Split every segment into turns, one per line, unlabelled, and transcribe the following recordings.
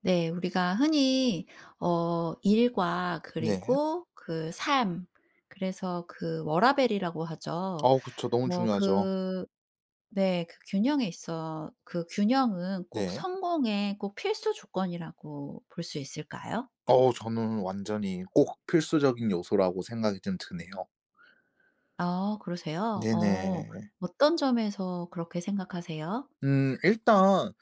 네. 우리가 흔히 일과
네.
그리고 그 삶 그래서 그 워라밸이라고 하죠.
그쵸. 너무
뭐
중요하죠.
그 네. 그 균형에 있어 그 균형은 꼭
네.
성공의 꼭 필수 조건이라고 볼 수 있을까요?
저는 완전히 꼭 필수적인 요소라고 생각이 좀 드네요.
아 그러세요? 어.
네네.
어떤 점에서 그렇게 생각하세요?
일단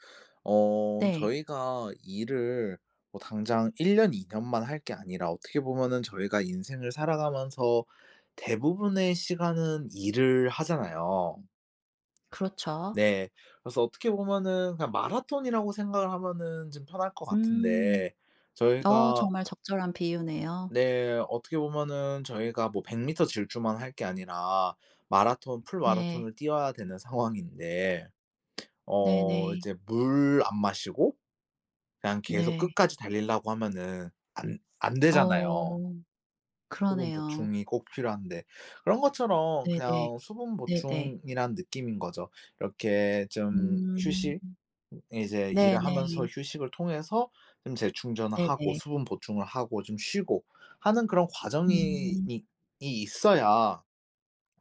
네.
저희가 일을 뭐 당장 1년 년, 2년 년만 할 게 아니라 어떻게 보면은 저희가 인생을 살아가면서 대부분의 시간은 일을 하잖아요.
그렇죠.
네. 그래서 어떻게 보면은 그냥 마라톤이라고 생각을 하면은 좀 편할 것
음.
같은데 저희가.
정말 적절한 비유네요.
네. 어떻게 보면은 저희가 뭐 100미터 미터 질주만 할 게 아니라 마라톤
네.
풀마라톤을 뛰어야 되는 상황인데
네네.
이제 물 안 마시고 그냥 계속
네. 네.
끝까지 달리려고 하면은 안 되잖아요.
어.
수분
그러네요.
보충이 꼭 필요한데 그런 것처럼 그냥
네네.
수분
네네.
보충이란 느낌인 거죠. 이렇게 좀
음.
휴식, 이제 일을 하면서
네네.
휴식을 통해서 좀 재충전을 하고
네네.
수분 보충을 하고 좀 쉬고 하는 그런 과정이
음.
이 있어야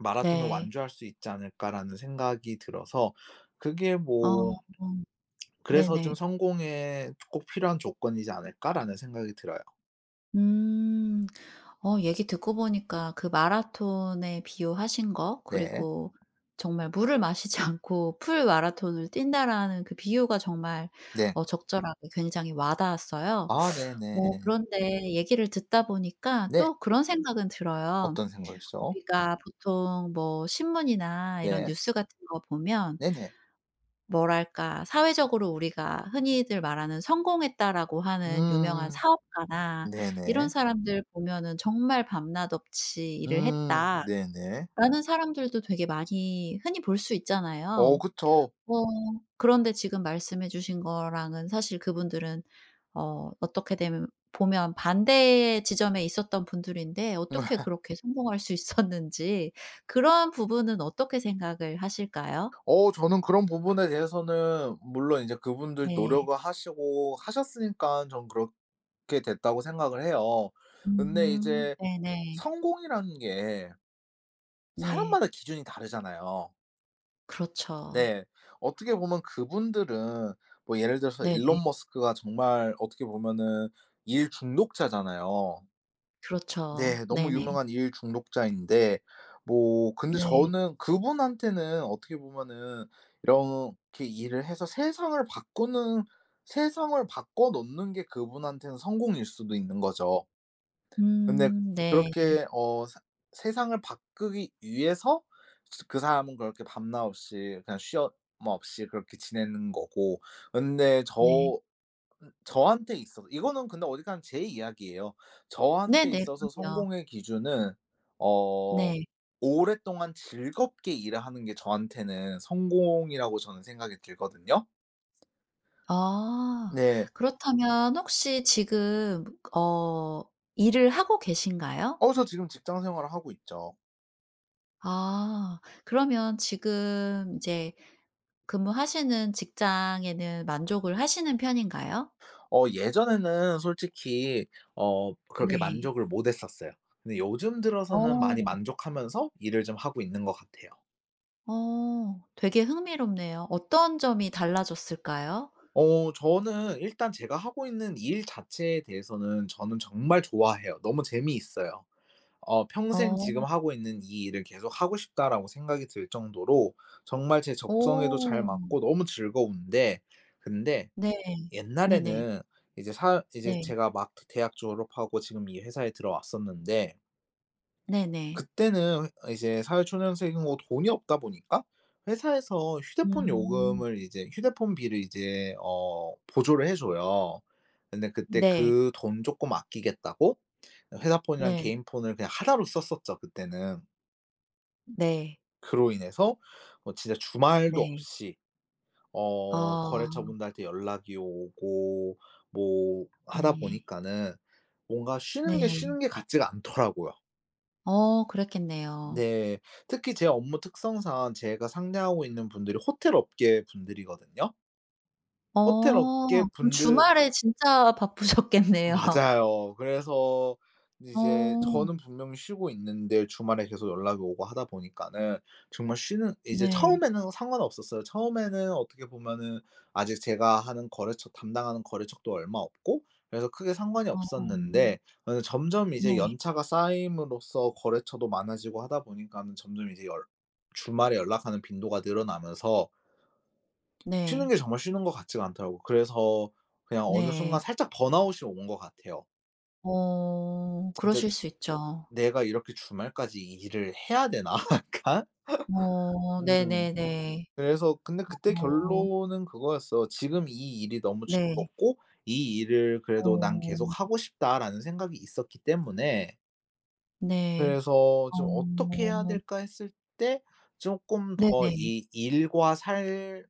'마라톤을
네.
완주할 수 있지 않을까.'라는 생각이 들어서, 그게
어.
뭐,
음,
그래서 좀
네네.
'성공에 꼭 필요한 조건이지 않을까.'라는 생각이 들어요.
음. 얘기 듣고 보니까 그 마라톤에 비유하신 거
네.
그리고 정말 '물을 마시지 않고 풀 마라톤을 뛴다.'라는 그 비유가 정말
네.
적절하게 굉장히 와닿았어요.
아 네네. 네.
그런데 얘기를 듣다 보니까
네.
또 그런 생각은 들어요.
어떤 생각이시죠?
우리가 보통 뭐 신문이나 이런
네.
뉴스 같은 거 보면
네네.
뭐랄까 사회적으로 우리가 흔히들 말하는 "성공했다."라고 하는 유명한
음.
사업가나 이런
네네.
사람들 보면은 "정말 밤낮 없이 일을
음.
했다."라는
네네.
사람들도 되게 많이 흔히 볼 수 있잖아요.
그쵸.
어 그런데 지금 말씀해 주신 거랑은 사실 그분들은 어 어떻게 되면 보면 반대의 지점에 있었던 분들인데
음,
어떻게 그렇게 성공할 수 있었는지 그런 부분은 어떻게 생각을 하실까요?
저는 그런 부분에 대해서는 물론 이제 그분들
네.
노력을 하시고 하셨으니까 전 그렇게 됐다고 생각을 해요. 근데 이제
네네.
성공이라는 게
네.
사람마다 기준이 다르잖아요.
그렇죠.
네. 어떻게 보면 그분들은, 뭐 예를 들어서
네네.
일론 머스크가 정말 어떻게 보면은 일 중독자잖아요.
그렇죠.
네. 너무
네네.
유명한 일 중독자인데, 뭐 근데
네.
저는 그분한테는 어떻게 보면은 이렇게 일을 해서 세상을 바꾸는, 세상을 바꿔 놓는 게 그분한테는 성공일 수도 있는 거죠. 근데
네.
그렇게 어 사 세상을 바꾸기 위해서 그 사람은 그렇게 밤낮 없이 그냥 쉬 쉬엄 없이 그렇게 지내는 거고, 근데
네.
저, 저한테 있어서 이거는 근데 어디 지는제 이야기예요. 저한테
네네.
있어서
그럼요.
성공의 기준은, 어
네.
오랫동안 즐겁게 일을 하는 게 저한테는 성공이라고 저는 생각이 들거든요.
아.
네.
그렇다면 혹시 지금 어 일을 하고 계신가요?
저 지금 직장 생활을 하고 있죠.
아. 그러면 지금 이제 근무하시는 직장에는 만족을 하시는 편인가요?
예전에는 솔직히 그렇게
네.
만족을 못 했었어요. 근데 요즘 들어서는
어.
많이 만족하면서 일을 좀 하고 있는 것 같아요.
어. 되게 흥미롭네요. 어떤 점이 달라졌을까요?
저는 일단 제가 하고 있는 일 자체에 대해서는 저는 정말 좋아해요. 너무 재미있어요. 평생 지금
어.
하고 있는 이 일을 계속 하고 싶다라고 생각이 들 정도로 정말 제 적성에도 잘
오
맞고 너무 즐거운데, 근데
네. 네네.
옛날에는 이제
네.
제가 막 대학 졸업하고 지금 이 회사에 들어왔었는데,
네네.
그때는 이제 사회초년생이고 돈이 없다 보니까 회사에서 휴대폰
음.
요금을 이제 휴대폰비를 이제 보조를 해 줘요. 근데 그때
네.
그 돈 조금 아끼겠다고 회사 폰이랑
네.
개인 폰을 그냥 하나로 썼었죠 그때는.
네.
그로 인해서 뭐 진짜 주말도
네.
없이 거래처
아.
분들한테 연락이 오고 뭐 하다
네.
보니까는 뭔가 쉬는 게
네.
쉬는 게 같지가 않더라고요.
그랬겠네요.
네. 특히 제 업무 특성상 제가 상대하고 있는 분들이 호텔 업계 분들이거든요. 호텔 업계
어. 그럼
분들,
주말에 진짜 바쁘셨겠네요.
맞아요. 그래서 이제
어.
저는 분명히 쉬고 있는데 주말에 계속 연락이 오고 하다 보니까는 정말 쉬는 이제
네.
처음에는 상관없었어요. 처음에는 어떻게 보면은 아직 제가 하는 거래처 담당하는 거래처도 얼마 없고 그래서 크게 상관이
어.
없었는데 점점 이제
네.
연차가 쌓임으로써 거래처도 많아지고 하다 보니까는 점점 이제 열 주말에 연락하는 빈도가 늘어나면서 쉬는
네.
게 정말 쉬는 것 같지가 않더라고요. 그래서 그냥 어느 순간
네.
살짝 번아웃이 온 것 같아요.
어.
진짜
그러실 수 있죠.
'내가 이렇게 주말까지 일을 해야 되나?' 약간?
어.
음.
네네네.
그래서 근데 그때
어.
결론은 그거였어. '지금 이 일이 너무
네.
즐겁고 이 일을 그래도 난
어.
계속 하고 싶다.'라는 생각이 있었기 때문에,
네.
그래서 좀 '어떻게
어.
해야 될까?' 했을 때 쪼끔 더
네네.
이 '일과 살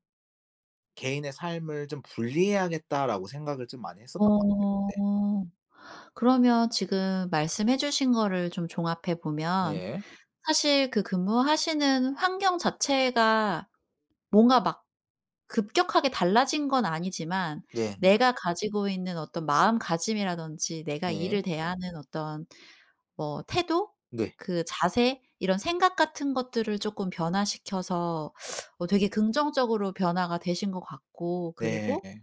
개인의 삶을 좀 분리해야겠다.'라고 생각을 좀 많이 했었던 것 같아요 그때.
어. 그러면 지금 말씀해 주신 거를 좀 종합해 보면
네.
사실 그 근무하시는 환경 자체가 뭔가 막 급격하게 달라진 건 아니지만
네네.
내가 가지고 있는 어떤 마음가짐이라든지 내가
예.
일을 대하는 어떤 뭐 태도,
네.
그 자세 이런 생각 같은 것들을 쪼끔 변화시켜서 되게 긍정적으로 변화가 되신 것 같고
네.
그리고
네.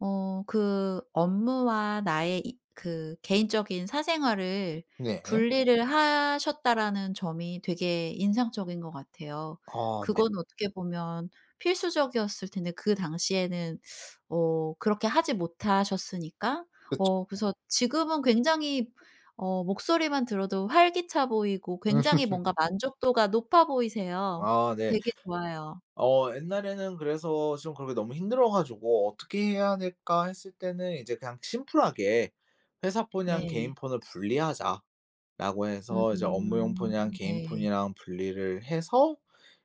그 업무와 나의 이 그 개인적인 사생활을
네.
분리를 하셨다라는 점이 되게 인상적인 것 같아요.
아 네.
그건 어떻게 보면 필수적이었을 텐데 그 당시에는 그렇게 하지 못하셨으니까
그쵸.
그래서 지금은 굉장히 목소리만 들어도 활기차 보이고 굉장히 뭔가 만족도가 높아 보이세요.
아 네.
되게 좋아요.
옛날에는 그래서 좀 그렇게 너무 힘들어 가지고 '어떻게 해야 될까?' 했을 때는 이제 그냥 심플하게 '회사 폰이랑 개인
네.
폰을 분리하자.'라고 해서 이제 업무용
음
폰이랑 개인
네.
폰이랑 분리를 해서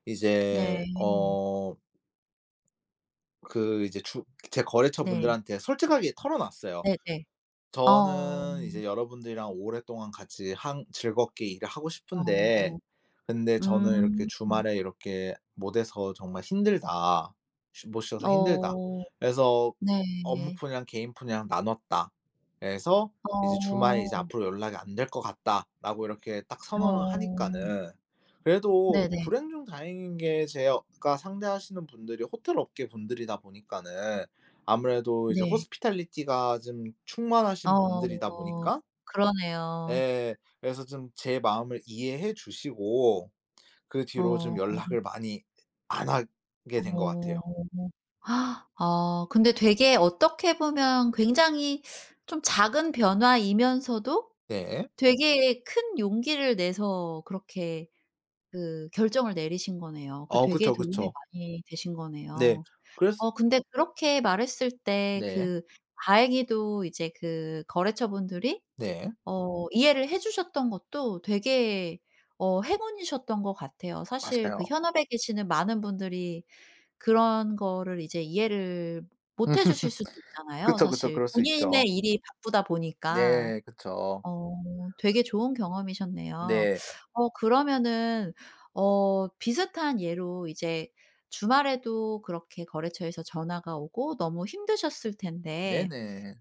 이제
네.
어 그 이제 주 제
네.
거래처분들한테 솔직하게 털어 놨어요.
네네. 어.
저는 이제 여러분들이랑 오랫동안 같이 항 즐겁게 일을 하고 싶은데,
어.
근데 저는 이렇게
음.
주말에 이렇게 못 해서 정말 힘들다. 쉬 못 쉬어서 힘들다.
어.
그래서
네.
업무 푸이랑 개인 푸이랑 나눴다. 그래서 이제
어.
주말에 이제 "앞으로 연락이 안 될 것 같다."라고 이렇게 딱 선언을
어.
하니까는
네네.
그래도
네.
불행 중 다행인 게 제가 상대하시는 분들이 호텔 업계 분들이다 보니까는 아무래도 이제
네.
호스피탈리티가 좀 충만하신 분들이다
어.
보니까
그러네요.
예 그래서 좀 제 마음을 이해해 주시고 그 뒤로 좀
어.
연락을 많이 안 하게 된 것 같아요.
어. 아 근데 되게 어떻게 보면 굉장히 좀 작은 변화이면서도
네.
되게 큰 용기를 내서 그렇게 그 결정을 내리신 거네요. 그 되게
그쵸,
도움이
그쵸.
많이 되신
네.
거네요.
그래서.
근데 그렇게 말했을 때
네.
그 다행히도 이제 그 거래처분들이
네.
이해를 해 주셨던 것도 되게 행운이셨던 것 같아요. 사실 그
맞아요.
현업에 계시는 많은 분들이 그런 거를 이제 이해를 못 해 주실 수도 있잖아요
그쵸, 그쵸.
사실.
그럴 수
본인의
있죠.
일이 바쁘다 보니까.
네. 그쵸.
되게 좋은 경험이셨네요.
네.
그러면은 비슷한 예로 이제 주말에도 그렇게 거래처에서 전화가 오고 너무 힘드셨을 텐데
네네.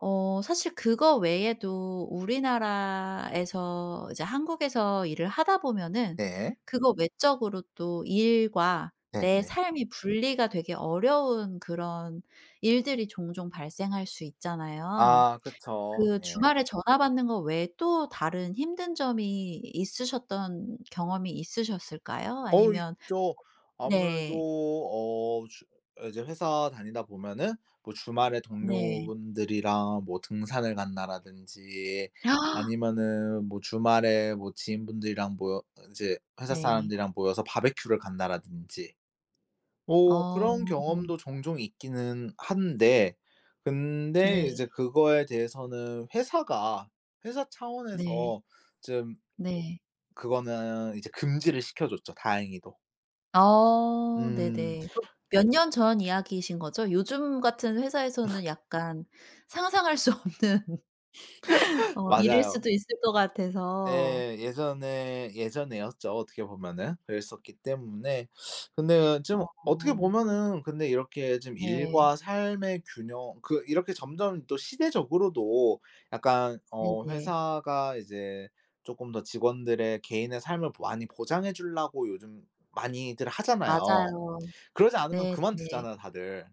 사실 그거 외에도 우리나라에서 이제 한국에서 일을 하다 보면은
네.
그거 외적으로 또 일과 내
네네.
삶이 분리가 되게 어려운 그런 일들이 종종 발생할 수 있잖아요.
아 그쵸.
그
네.
주말에 전화 받는 거 외에 또 다른 힘든 점이 있으셨던 경험이 있으셨을까요? 아니면
있죠. 아무래도
네.
어 주 이제 회사 다니다 보면은 뭐 주말에
네.
동료분들이랑 뭐 등산을 간다라든지
아!
아니면은 뭐 주말에 뭐 지인분들이랑 모여 인제 회사
네.
사람들이랑 모여서 바베큐를 간다라든지 뭐
어.
그런 경험도 종종 있기는 한데, 근데
네.
이제 그거에 대해서는 회사
네.
차원에서 좀,
네.
그거는 이제 금지를 시켜 줬죠 다행히도.
어
음.
네네. 그 몇 년 전 이야기이신 거죠? 요즘 같은 회사에서는 약간 상상할 수 없는 일일
맞아요.
수도 있을 것 같아서.
예. 예전에 예전에였죠, 어떻게 보면은. 그랬었기 때문에. 근데 좀
어
어떻게 보면은 근데 이렇게 좀
네.
일과 삶의 균형, 그 이렇게 점점 또 시대적으로도 약간
네네.
회사가 이제 쪼끔 더 직원들의 개인의 삶을 많이 보장해 주려고 요즘 많이들 하잖아요.
맞아요.
그러지 않으면
네네.
그만두잖아요, 다들.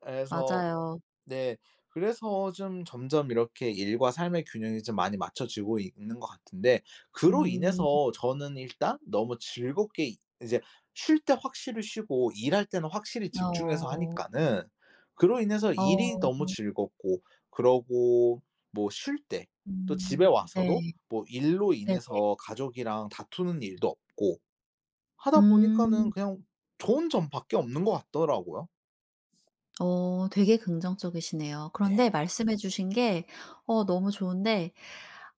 그래서,
맞아요.
네, 그래서 좀 점점 이렇게 일과 삶의 균형이 좀 많이 맞춰지고 있는 것 같은데, 그로
음.
인해서 저는 일단 너무 즐겁게 이 이제 쉴 때 확실히 쉬고 일할 때는 확실히 집중해서
어.
하니까는 그로 인해서 일이
어.
너무 즐겁고, 그러고 뭐 쉴 때 또 집에
음. 네.
와서도 뭐 일로
네네.
인해서 가족이랑 다투는 일도 없고 하다 보니까는
음.
그냥 좋은 점밖에 없는 것 같더라고요.
되게 긍정적이시네요. 그런데 말씀해 주신 게 너무 좋은데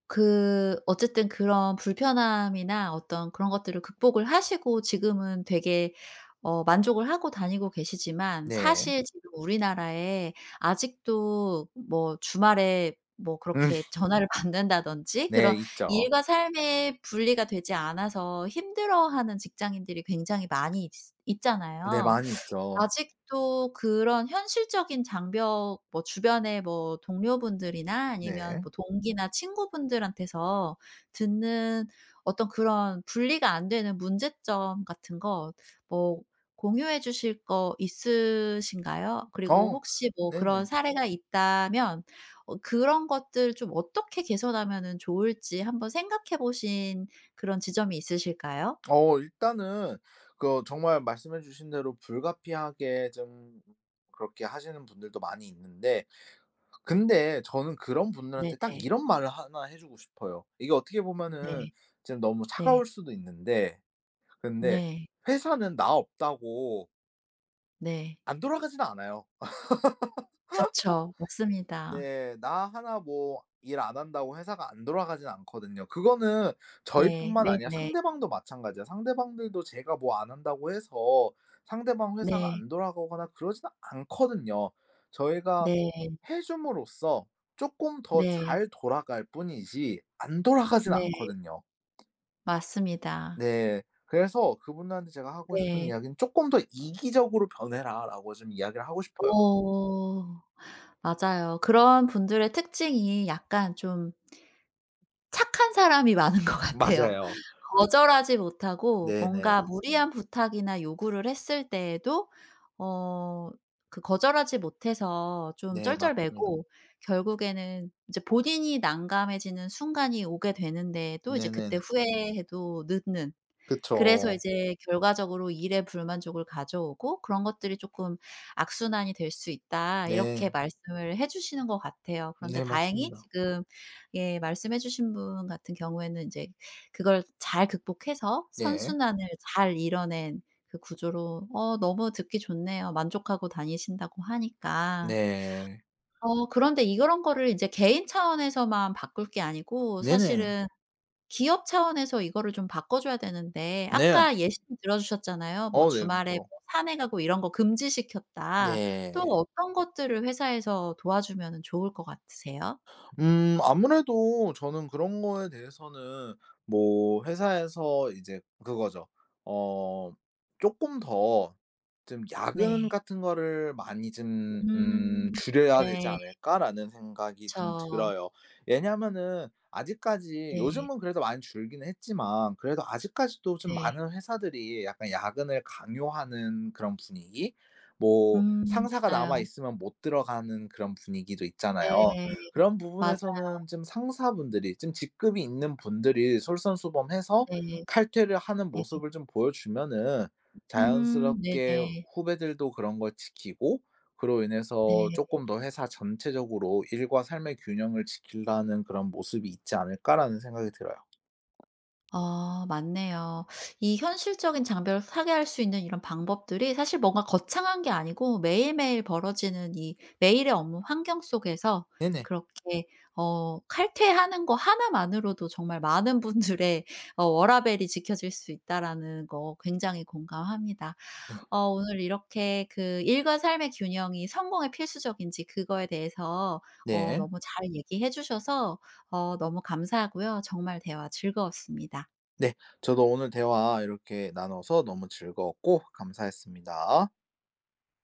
그 어쨌든 그런 불편함이나 어떤 그런 것들을 극복을 하시고 지금은 되게 만족을 하고 다니고 계시지만
네.
사실 지금 우리나라에 아직도 뭐 주말에 뭐
음.
그렇게 전화를 받는다든지
네
그런
있죠.
일과 삶의 분리가 되지 않아서 힘들어하는 직장인들이 굉장히 많이 있
네
있잖아요.
많이 있죠.
아직도 그런 현실적인 장벽 뭐 주변의 뭐 동료분들이나 아니면
네.
뭐 동기나 친구분들한테서 듣는 어떤 그런 분리가 안 되는 문제점 같은 거 뭐 공유해 주실 거 있으신가요? 그리고
어
혹시 뭐 그런
네네.
사례가 있다면 그런 것들 좀 어떻게 개선하면은 좋을지 한번 생각해 보신 그런 지점이 있으실까요?
일단은, 그 정말 말씀해 주신 대로 불가피하게 좀 그렇게 하시는 분들도 많이 있는데, 근데 저는 그런 분들한테 딱
네네.
이런 말을 하나 해 주고 싶어요. 이게 어떻게 보면은
네.
지금 너무
네.
차가울 수도 있는데, 근데
네.
회사는 나 없다고
네.
안 돌아가진 않아요.
그쵸. 맞습니다.
네. 나 하나 뭐 일 안 한다고 회사가 안 돌아가진 않거든요. 그거는
네.
저희뿐만 아니라
네네.
상대방도 마찬가지야. 상대방들도 제가 뭐 안 한다고 해서 상대방 회사가
네.
안 돌아가거나 그러지는 않거든요. 저희가
네.
해 줌으로써 쪼끔 더
네.
잘 돌아갈 뿐이지 안 돌아가진
네.
않거든요.
맞습니다.
네. 그래서 그분들한테 제가 하고 싶은
네.
이야기는 "쪼끔 더 이기적으로 변해라."라고 좀 이야기를 하고 싶어요.
어. 맞아요. 그런 분들의 특징이 약간 좀 착한 사람이 많은 것 같아요.
맞아요.
거절하지 못하고
네네.
뭔가 무리한 부탁이나 요구를 했을 때에도 어 그 거절하지 못해서 좀
네 맞습니다.
쩔쩔매고 결국에는 이제 본인이 난감해지는 순간이 오게 되는데도 이제 그때
네네네.
후회해도 늦는 그래서
그쵸.
이제 결과적으로 일에 불만족을 가져오고 그런 것들이 쪼끔 "악순환이 될 수 있다." 이렇게
네.
말씀을 해 주시는 것 같아요. 그런데
네
다행히
맞습니다.
지금 예 말씀해 주신 분 같은 경우에는 인제 그걸 잘 극복해서
네.
선순환을 잘 이뤄낸 그 구조로 너무 듣기 좋네요. 만족하고 다니신다고 하니까.
네.
그런데 이런 거를 이제 개인 차원에서만 바꿀 게 아니고
네네.
사실은 기업 차원에서 이거를 좀 바꿔줘야 되는데
네.
아까 예시 들어 주셨잖아요. 뭐
네
주말에
그쵸.
뭐 산에 가고 이런 거 금지시켰다. 또
네.
어떤 것들을 회사에서 도와주면은 좋을 것 같으세요?
아무래도 저는 그런 거에 대해서는 뭐 회사에서 이제 그거죠. 어 조금 더 좀 '야근
네.
같은 거를 많이 좀
음.
줄여야 되지
네.
않을까?'라는 생각이 좀
그쵸.
들어요. 왜냐하면은 아직까지
네.
요즘은 그래도 많이 줄기는 했지만 그래도 아직까지도 좀
네.
많은 회사들이 약간 야근을 강요하는 그런 분위기? 뭐 상사가 남아
맞아요.
있으면 못 들어가는 그런 분위기도 있잖아요.
네.
그런
맞아요.
부분에서는 좀 상사분들이, 좀 직급이 있는 분들이 솔선수범해서
네.
칼퇴를 하는
네.
모습을 좀 보여주면은 자연스럽게
네네.
후배들도 그런 걸 지키고, 그로 인해서
네.
조금 더 회사 전체적으로 '일과 삶의 균형을 지키려는 그런 모습이 있지 않을까.'라는 생각이 들어요.
맞네요. 이 현실적인 장벽을 타개할 수 있는 이런 방법들이 사실 뭔가 거창한 게 아니고 매일매일 벌어지는 이 매일의 업무 환경 속에서
네네.
그렇게 칼퇴하는 거 하나만으로도 정말 많은 분들의 워라밸이 지켜질 수 있다라는 거 굉장히 공감합니다.
네.
오늘 이렇게 그 일과 삶의 균형이 성공의 필수적인지 그거에 대해서
네.
너무 잘 얘기해 주셔서 너무 감사하고요. 정말 대화 즐거웠습니다.
네. 저도 오늘 대화 이렇게 나눠서 너무 즐거웠고 감사했습니다.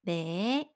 네.